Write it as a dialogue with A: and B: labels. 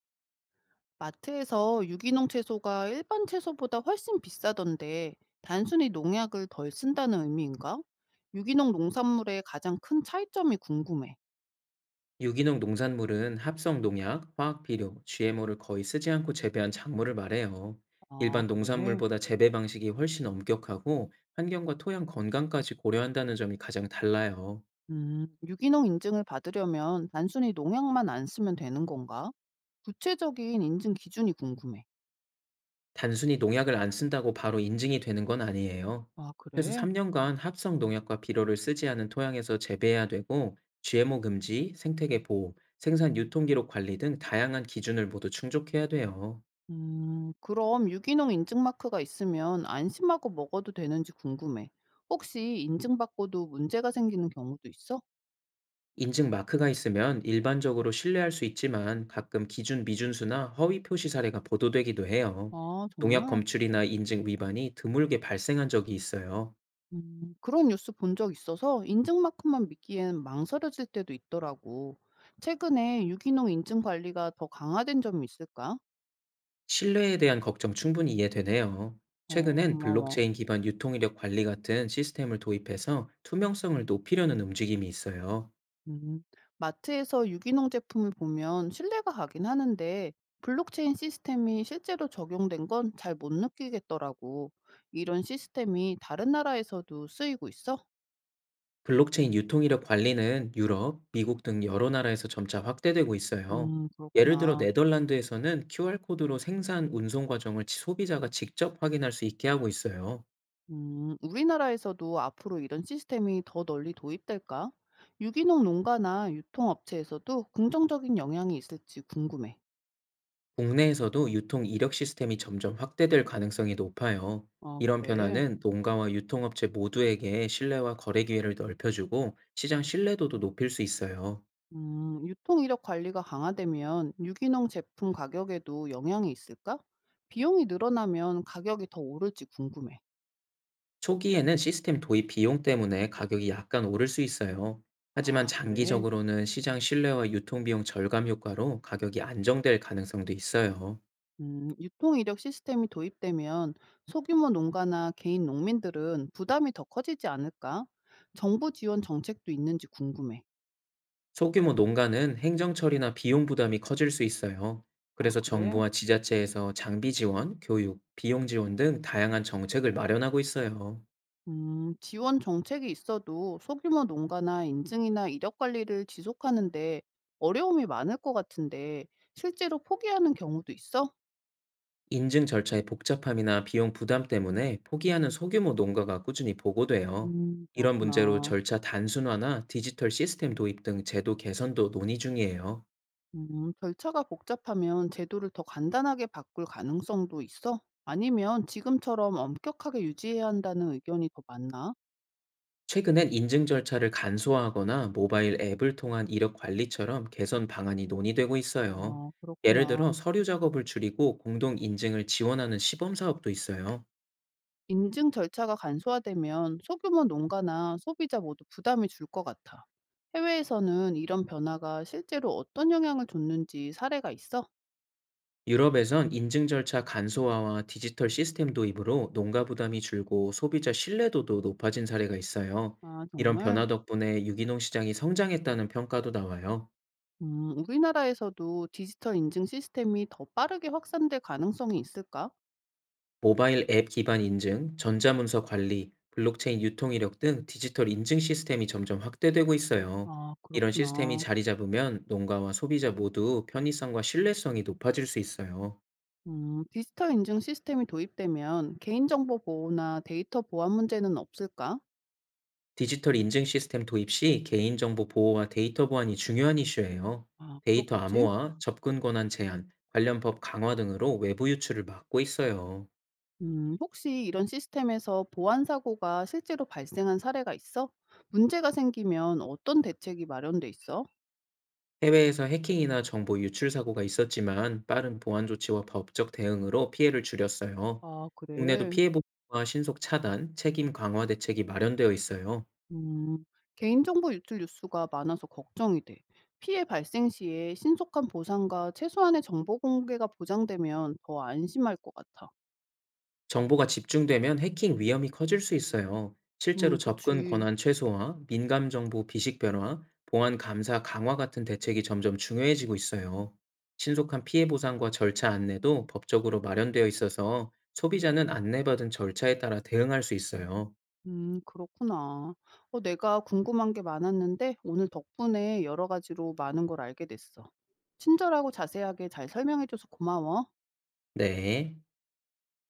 A: 마트에서 유기농 채소가 일반 채소보다 훨씬 비싸던데 단순히 농약을 덜 쓴다는 의미인가? 유기농 농산물의 가장 큰 차이점이 궁금해.
B: 유기농 농산물은 합성 농약, 화학 비료, GMO를 거의 쓰지 않고 재배한 작물을 말해요.
A: 아,
B: 일반
A: 그래?
B: 농산물보다 재배 방식이 훨씬 엄격하고 환경과 토양 건강까지 고려한다는 점이 가장 달라요.
A: 유기농 인증을 받으려면 단순히 농약만 안 쓰면 되는 건가? 구체적인 인증 기준이 궁금해.
B: 단순히 농약을 안 쓴다고 바로 인증이 되는 건 아니에요.
A: 아,
B: 최소
A: 그래?
B: 3년간 합성 농약과 비료를 쓰지 않은 토양에서 재배해야 되고 GMO 금지, 생태계 보호, 생산 유통 기록 관리 등 다양한 기준을 모두 충족해야 돼요.
A: 그럼 유기농 인증 마크가 있으면 안심하고 먹어도 되는지 궁금해. 혹시 인증받고도 문제가 생기는 경우도 있어?
B: 인증 마크가 있으면 일반적으로 신뢰할 수 있지만 가끔 기준 미준수나 허위 표시 사례가 보도되기도 해요.
A: 아,
B: 농약
A: 정말?
B: 검출이나 인증 위반이 드물게 발생한 적이 있어요.
A: 그런 뉴스 본 적 있어서 인증마크만 믿기엔 망설여질 때도 있더라고. 최근에 유기농 인증 관리가 더 강화된 점이 있을까?
B: 신뢰에 대한 걱정 충분히 이해되네요.
A: 어,
B: 최근엔
A: 고마워.
B: 블록체인 기반 유통이력 관리 같은 시스템을 도입해서 투명성을 높이려는 움직임이 있어요.
A: 음, 마트에서 유기농 제품을 보면 신뢰가 가긴 하는데 블록체인 시스템이 실제로 적용된 건 잘 못 느끼겠더라고. 이런 시스템이 다른 나라에서도 쓰이고 있어?
B: 블록체인 유통이력 관리는 유럽, 미국 등 여러 나라에서 점차 확대되고 있어요. 예를 들어
A: 그렇구나.
B: 네덜란드에서는 QR코드로 생산 운송 과정을 소비자가 직접 확인할 수 있게 하고 있어요.
A: 우리나라에서도 앞으로 이런 시스템이 더 널리 도입될까? 유기농 농가나 유통업체에서도 긍정적인 영향이 있을지 궁금해.
B: 국내에서도 유통 이력 시스템이 점점 확대될 가능성이 높아요.
A: 아,
B: 이런
A: 그래.
B: 변화는 농가와 유통업체 모두에게 신뢰와 거래 기회를 넓혀주고 시장 신뢰도도 높일 수 있어요.
A: 유통 이력 관리가 강화되면 유기농 제품 가격에도 영향이 있을까? 비용이 늘어나면 가격이 더 오를지 궁금해.
B: 초기에는 시스템 도입 비용 때문에 가격이 약간 오를 수 있어요. 하지만
A: 아, 그래.
B: 장기적으로는 시장 신뢰와 유통비용 절감 효과로 가격이 안정될 가능성도 있어요.
A: 유통 이력 시스템이 도입되면 소규모 농가나 개인 농민들은 부담이 더 커지지 않을까? 정부 지원 정책도 있는지 궁금해.
B: 소규모 농가는 행정 처리나 비용 부담이 커질 수 있어요.
A: 아,
B: 그래서
A: 그래?
B: 정부와 지자체에서 장비 지원, 교육, 비용 지원 등 다양한 정책을 마련하고 있어요.
A: 지원 정책이 있어도 소규모 농가나 인증이나 이력 관리를 지속하는데 어려움이 많을 것 같은데 실제로 포기하는 경우도 있어?
B: 인증 절차의 복잡함이나 비용 부담 때문에 포기하는 소규모 농가가 꾸준히 보고돼요. 이런 문제로
A: 그렇구나.
B: 절차 단순화나 디지털 시스템 도입 등 제도 개선도 논의 중이에요.
A: 절차가 복잡하면 제도를 더 간단하게 바꿀 가능성도 있어? 아니면 지금처럼 엄격하게 유지해야 한다는 의견이 더 많나?
B: 최근엔 인증 절차를 간소화하거나 모바일 앱을 통한 이력 관리처럼 개선 방안이 논의되고 있어요.
A: 아,
B: 예를 들어
A: 그렇구나.
B: 서류 작업을 줄이고 공동 인증을 지원하는 시범 사업도 있어요.
A: 인증 절차가 간소화되면 소규모 농가나 소비자 모두 부담이 줄 것 같아. 해외에서는 이런 변화가 실제로 어떤 영향을 줬는지 사례가 있어?
B: 유럽에선 인증 절차 간소화와 디지털 시스템 도입으로 농가 부담이 줄고 소비자 신뢰도도 높아진 사례가 있어요.
A: 아,
B: 이런
A: 정말?
B: 변화 덕분에 유기농 시장이 성장했다는 평가도 나와요.
A: 우리나라에서도 디지털 인증 시스템이 더 빠르게 확산될 가능성이 있을까?
B: 모바일 앱 기반 인증, 전자문서 관리, 블록체인 유통 이력 등 디지털 인증 시스템이 점점 확대되고 있어요.
A: 아,
B: 이런 시스템이
A: 그렇구나.
B: 자리 잡으면 농가와 소비자 모두 편의성과 신뢰성이 높아질 수 있어요.
A: 디지털 인증 시스템이 도입되면 개인정보 보호나 데이터 보안 문제는 없을까?
B: 디지털 인증 시스템 도입 시 개인정보 보호와 데이터 보안이 중요한 이슈예요.
A: 아,
B: 데이터
A: 그렇겠지?
B: 암호화, 접근 권한 제한, 관련 법 강화 등으로 외부 유출을 막고 있어요.
A: 혹시 이런 시스템에서 보안 사고가 실제로 발생한 사례가 있어? 문제가 생기면 어떤 대책이 마련돼 있어?
B: 해외에서 해킹이나 정보 유출 사고가 있었지만 빠른 보안 조치와 법적 대응으로 피해를 줄였어요.
A: 아,
B: 국내도
A: 그래.
B: 피해 보호와 신속 차단, 책임 강화 대책이 마련되어 있어요.
A: 음, 개인정보 유출 뉴스가 많아서 걱정이 돼. 피해 발생 시에 신속한 보상과 최소한의 정보 공개가 보장되면 더 안심할 것 같아.
B: 정보가 집중되면 해킹 위험이 커질 수 있어요. 실제로 접근
A: 그치.
B: 권한 최소화, 민감 정보 비식 변화, 보안 감사 강화 같은 대책이 점점 중요해지고 있어요. 신속한 피해 보상과 절차 안내도 법적으로 마련되어 있어서 소비자는 안내받은 절차에 따라 대응할 수 있어요.
A: 그렇구나. 어, 내가 궁금한 게 많았는데 오늘 덕분에 여러 가지로 많은 걸 알게 됐어. 친절하고 자세하게 잘 설명해줘서 고마워.
B: 네.